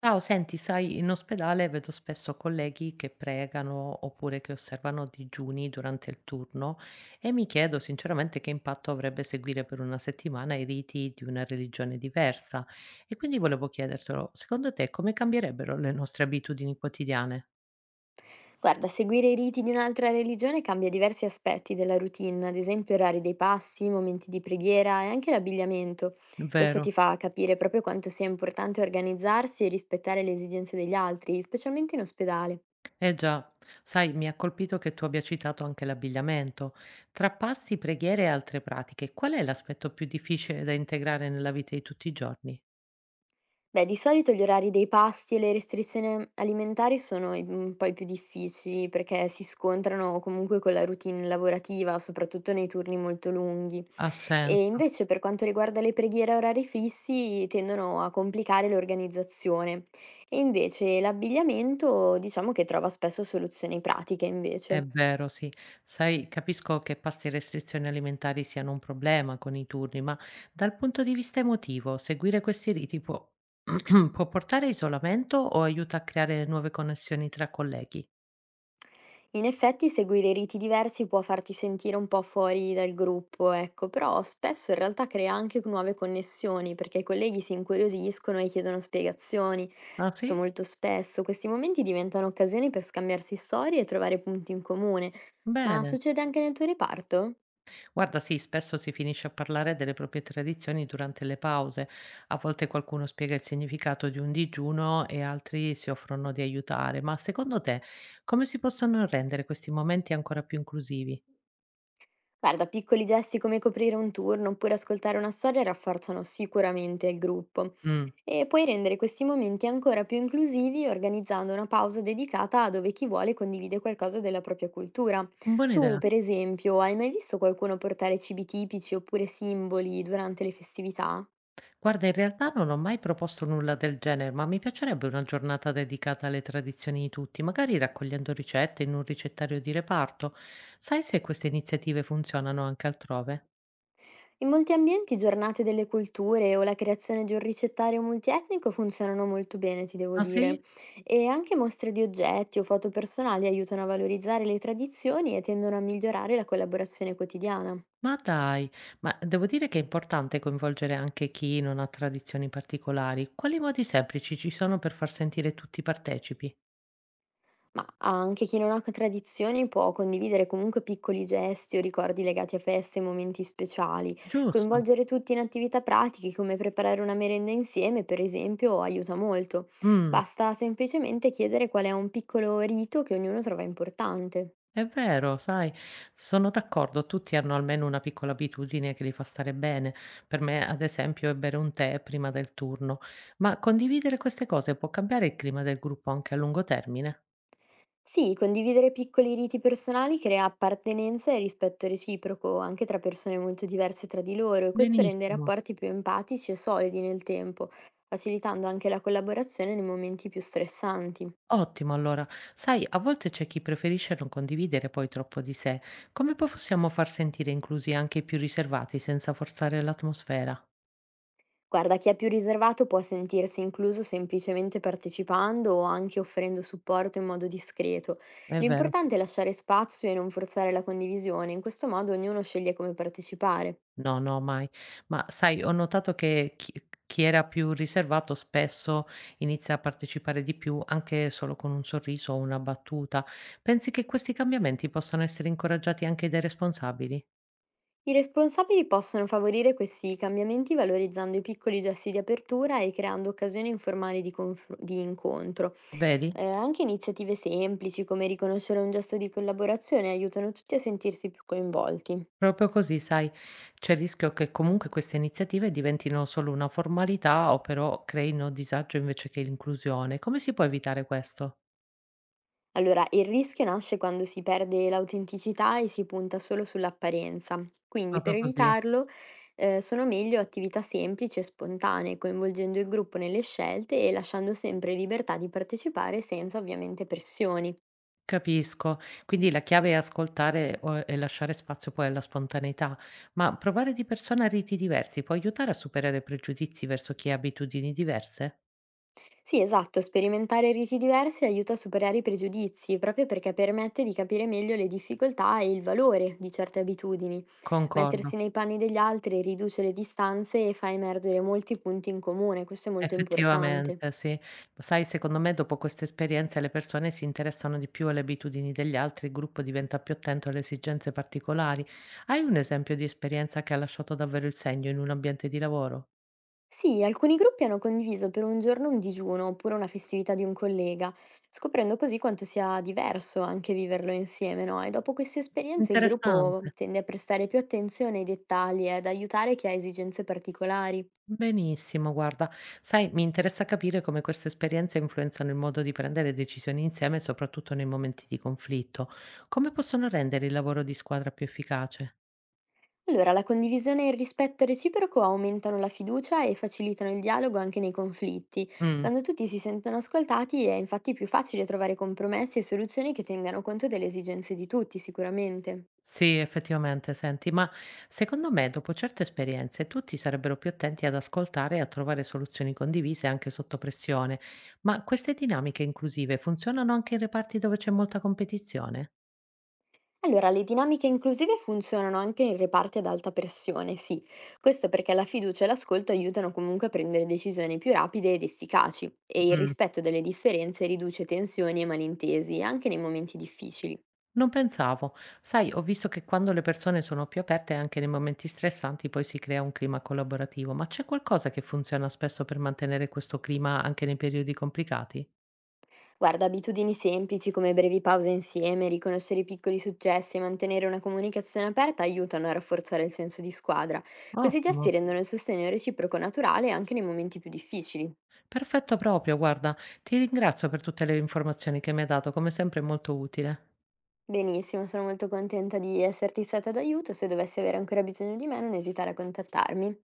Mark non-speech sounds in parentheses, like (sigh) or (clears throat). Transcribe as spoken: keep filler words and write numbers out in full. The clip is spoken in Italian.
Ciao, senti, sai, in ospedale vedo spesso colleghi che pregano oppure che osservano digiuni durante il turno e mi chiedo sinceramente che impatto avrebbe seguire per una settimana i riti di una religione diversa. E quindi volevo chiedertelo, secondo te come cambierebbero le nostre abitudini quotidiane? Guarda, seguire i riti di un'altra religione cambia diversi aspetti della routine, ad esempio orari dei passi, momenti di preghiera e anche l'abbigliamento. Questo Vero? ti fa capire proprio quanto sia importante organizzarsi e rispettare le esigenze degli altri, specialmente in ospedale. Eh già, sai, mi ha colpito che tu abbia citato anche l'abbigliamento. Tra pasti, preghiere e altre pratiche, qual è l'aspetto più difficile da integrare nella vita di tutti i giorni? Beh, di solito gli orari dei pasti e le restrizioni alimentari sono i- mm, poi più difficili perché si scontrano comunque con la routine lavorativa, soprattutto nei turni molto lunghi. Ha E senso. invece per quanto riguarda le preghiere a orari fissi tendono a complicare l'organizzazione e invece l'abbigliamento diciamo che trova spesso soluzioni pratiche È invece. vero, sì. Sai, capisco che pasti e restrizioni alimentari siano un problema con i turni, ma dal punto di vista emotivo, seguire questi riti può, (clears throat) può portare a isolamento o aiuta a creare nuove connessioni tra colleghi? In effetti seguire riti diversi può farti sentire un po' fuori dal gruppo, ecco, però spesso in realtà crea anche nuove connessioni perché i colleghi si incuriosiscono e chiedono spiegazioni. Ah, Questo sì? molto spesso, questi momenti diventano occasioni per scambiarsi storie e trovare punti in comune, ma Bene. succede anche nel tuo reparto? Guarda, sì, spesso si finisce a parlare delle proprie tradizioni durante le pause. A volte qualcuno spiega il significato di un digiuno e altri si offrono di aiutare. Ma secondo te, come si possono rendere questi momenti ancora più inclusivi? Guarda, piccoli gesti come coprire un turno oppure ascoltare una storia rafforzano sicuramente il gruppo Mm, e puoi rendere questi momenti ancora più inclusivi organizzando una pausa dedicata a dove chi vuole condivide qualcosa della propria cultura. buona Tu, idea. per esempio, hai mai visto qualcuno portare cibi tipici oppure simboli durante le festività? Guarda, in realtà non ho mai proposto nulla del genere, ma mi piacerebbe una giornata dedicata alle tradizioni di tutti, magari raccogliendo ricette in un ricettario di reparto. Sai se queste iniziative funzionano anche altrove? In molti ambienti giornate delle culture o la creazione di un ricettario multietnico funzionano molto bene, ti devo Ah dire. sì? E anche mostre di oggetti o foto personali aiutano a valorizzare le tradizioni e tendono a migliorare la collaborazione quotidiana. Ma dai, ma devo dire che è importante coinvolgere anche chi non ha tradizioni particolari. Quali modi semplici ci sono per far sentire tutti partecipi? Ma anche chi non ha c tradizioni può condividere comunque piccoli gesti o ricordi legati a feste e momenti speciali. Giusto. Coinvolgere tutti in attività pratiche come preparare una merenda insieme, per esempio, aiuta molto. Mm. Basta semplicemente chiedere qual è un piccolo rito che ognuno trova importante. È vero, sai, sono d'accordo, tutti hanno almeno una piccola abitudine che li fa stare bene. Per me, ad esempio, è bere un tè prima del turno, ma condividere queste cose può cambiare il clima del gruppo anche a lungo termine? Sì, condividere piccoli riti personali crea appartenenza e rispetto reciproco, anche tra persone molto diverse tra di loro, e questo rende i Benissimo. rapporti più empatici e solidi nel tempo, facilitando anche la collaborazione nei momenti più stressanti. Ottimo, allora. Sai, a volte c'è chi preferisce non condividere poi troppo di sé. Come possiamo far sentire inclusi anche i più riservati senza forzare l'atmosfera? Guarda, chi è più riservato può sentirsi incluso semplicemente partecipando o anche offrendo supporto in modo discreto. È vero. L'importante è lasciare spazio e non forzare la condivisione, in questo modo ognuno sceglie come partecipare. No, no, mai. Ma sai, ho notato che chi chi era più riservato spesso inizia a partecipare di più, anche solo con un sorriso o una battuta. Pensi che questi cambiamenti possano essere incoraggiati anche dai responsabili? I responsabili possono favorire questi cambiamenti valorizzando i piccoli gesti di apertura e creando occasioni informali di, confr- di incontro. Vedi? Eh, anche iniziative semplici come riconoscere un gesto di collaborazione aiutano tutti a sentirsi più coinvolti. Proprio così, sai, c'è il rischio che comunque queste iniziative diventino solo una formalità o però creino disagio invece che inclusione. Come si può evitare questo? Allora, il rischio nasce quando si perde l'autenticità e si punta solo sull'apparenza. Quindi, per Proprio così. evitarlo, eh, sono meglio attività semplici e spontanee, coinvolgendo il gruppo nelle scelte e lasciando sempre libertà di partecipare senza ovviamente pressioni. Capisco. Quindi la chiave è ascoltare o e lasciare spazio poi alla spontaneità, ma provare di persona riti diversi può aiutare a superare pregiudizi verso chi ha abitudini diverse? Sì, esatto, sperimentare riti diversi aiuta a superare i pregiudizi, proprio perché permette di capire meglio le difficoltà e il valore di certe abitudini. Concordo, Mettersi nei panni degli altri riduce le distanze e fa emergere molti punti in comune, questo è molto importante. effettivamente, sì. Sai, secondo me dopo queste esperienze le persone si interessano di più alle abitudini degli altri, il gruppo diventa più attento alle esigenze particolari. Hai un esempio di esperienza che ha lasciato davvero il segno in un ambiente di lavoro? Sì, alcuni gruppi hanno condiviso per un giorno un digiuno oppure una festività di un collega, scoprendo così quanto sia diverso anche viverlo insieme, no? E dopo queste esperienze il Mm. Interessante. gruppo tende a prestare più attenzione ai dettagli e ad aiutare chi ha esigenze particolari. Benissimo, guarda, sai, mi interessa capire come queste esperienze influenzano il modo di prendere decisioni insieme, soprattutto nei momenti di conflitto. Come possono rendere il lavoro di squadra più efficace? Allora, la condivisione e il rispetto reciproco aumentano la fiducia e facilitano il dialogo anche nei conflitti. Mm, Quando tutti si sentono ascoltati è infatti più facile trovare compromessi e soluzioni che tengano conto delle esigenze di tutti, sicuramente. sì, effettivamente, senti, ma secondo me dopo certe esperienze tutti sarebbero più attenti ad ascoltare e a trovare soluzioni condivise anche sotto pressione. Ma queste dinamiche inclusive funzionano anche in reparti dove c'è molta competizione? Allora, le dinamiche inclusive funzionano anche in reparti ad alta pressione, sì. Questo perché la fiducia e l'ascolto aiutano comunque a prendere decisioni più rapide ed efficaci e il rispetto delle differenze riduce tensioni e malintesi, anche nei momenti difficili. Non pensavo. Sai, ho visto che quando le persone sono più aperte anche nei momenti stressanti poi si crea un clima collaborativo, ma c'è qualcosa che funziona spesso per mantenere questo clima anche nei periodi complicati? Guarda, abitudini semplici come brevi pause insieme, riconoscere i piccoli successi e mantenere una comunicazione aperta aiutano a rafforzare il senso di squadra. Questi gesti Ottimo. rendono il sostegno reciproco naturale anche nei momenti più difficili. Perfetto proprio, guarda, ti ringrazio per tutte le informazioni che mi hai dato, come sempre è molto utile. Benissimo, sono molto contenta di esserti stata d'aiuto. Se dovessi avere ancora bisogno di me, non esitare a contattarmi.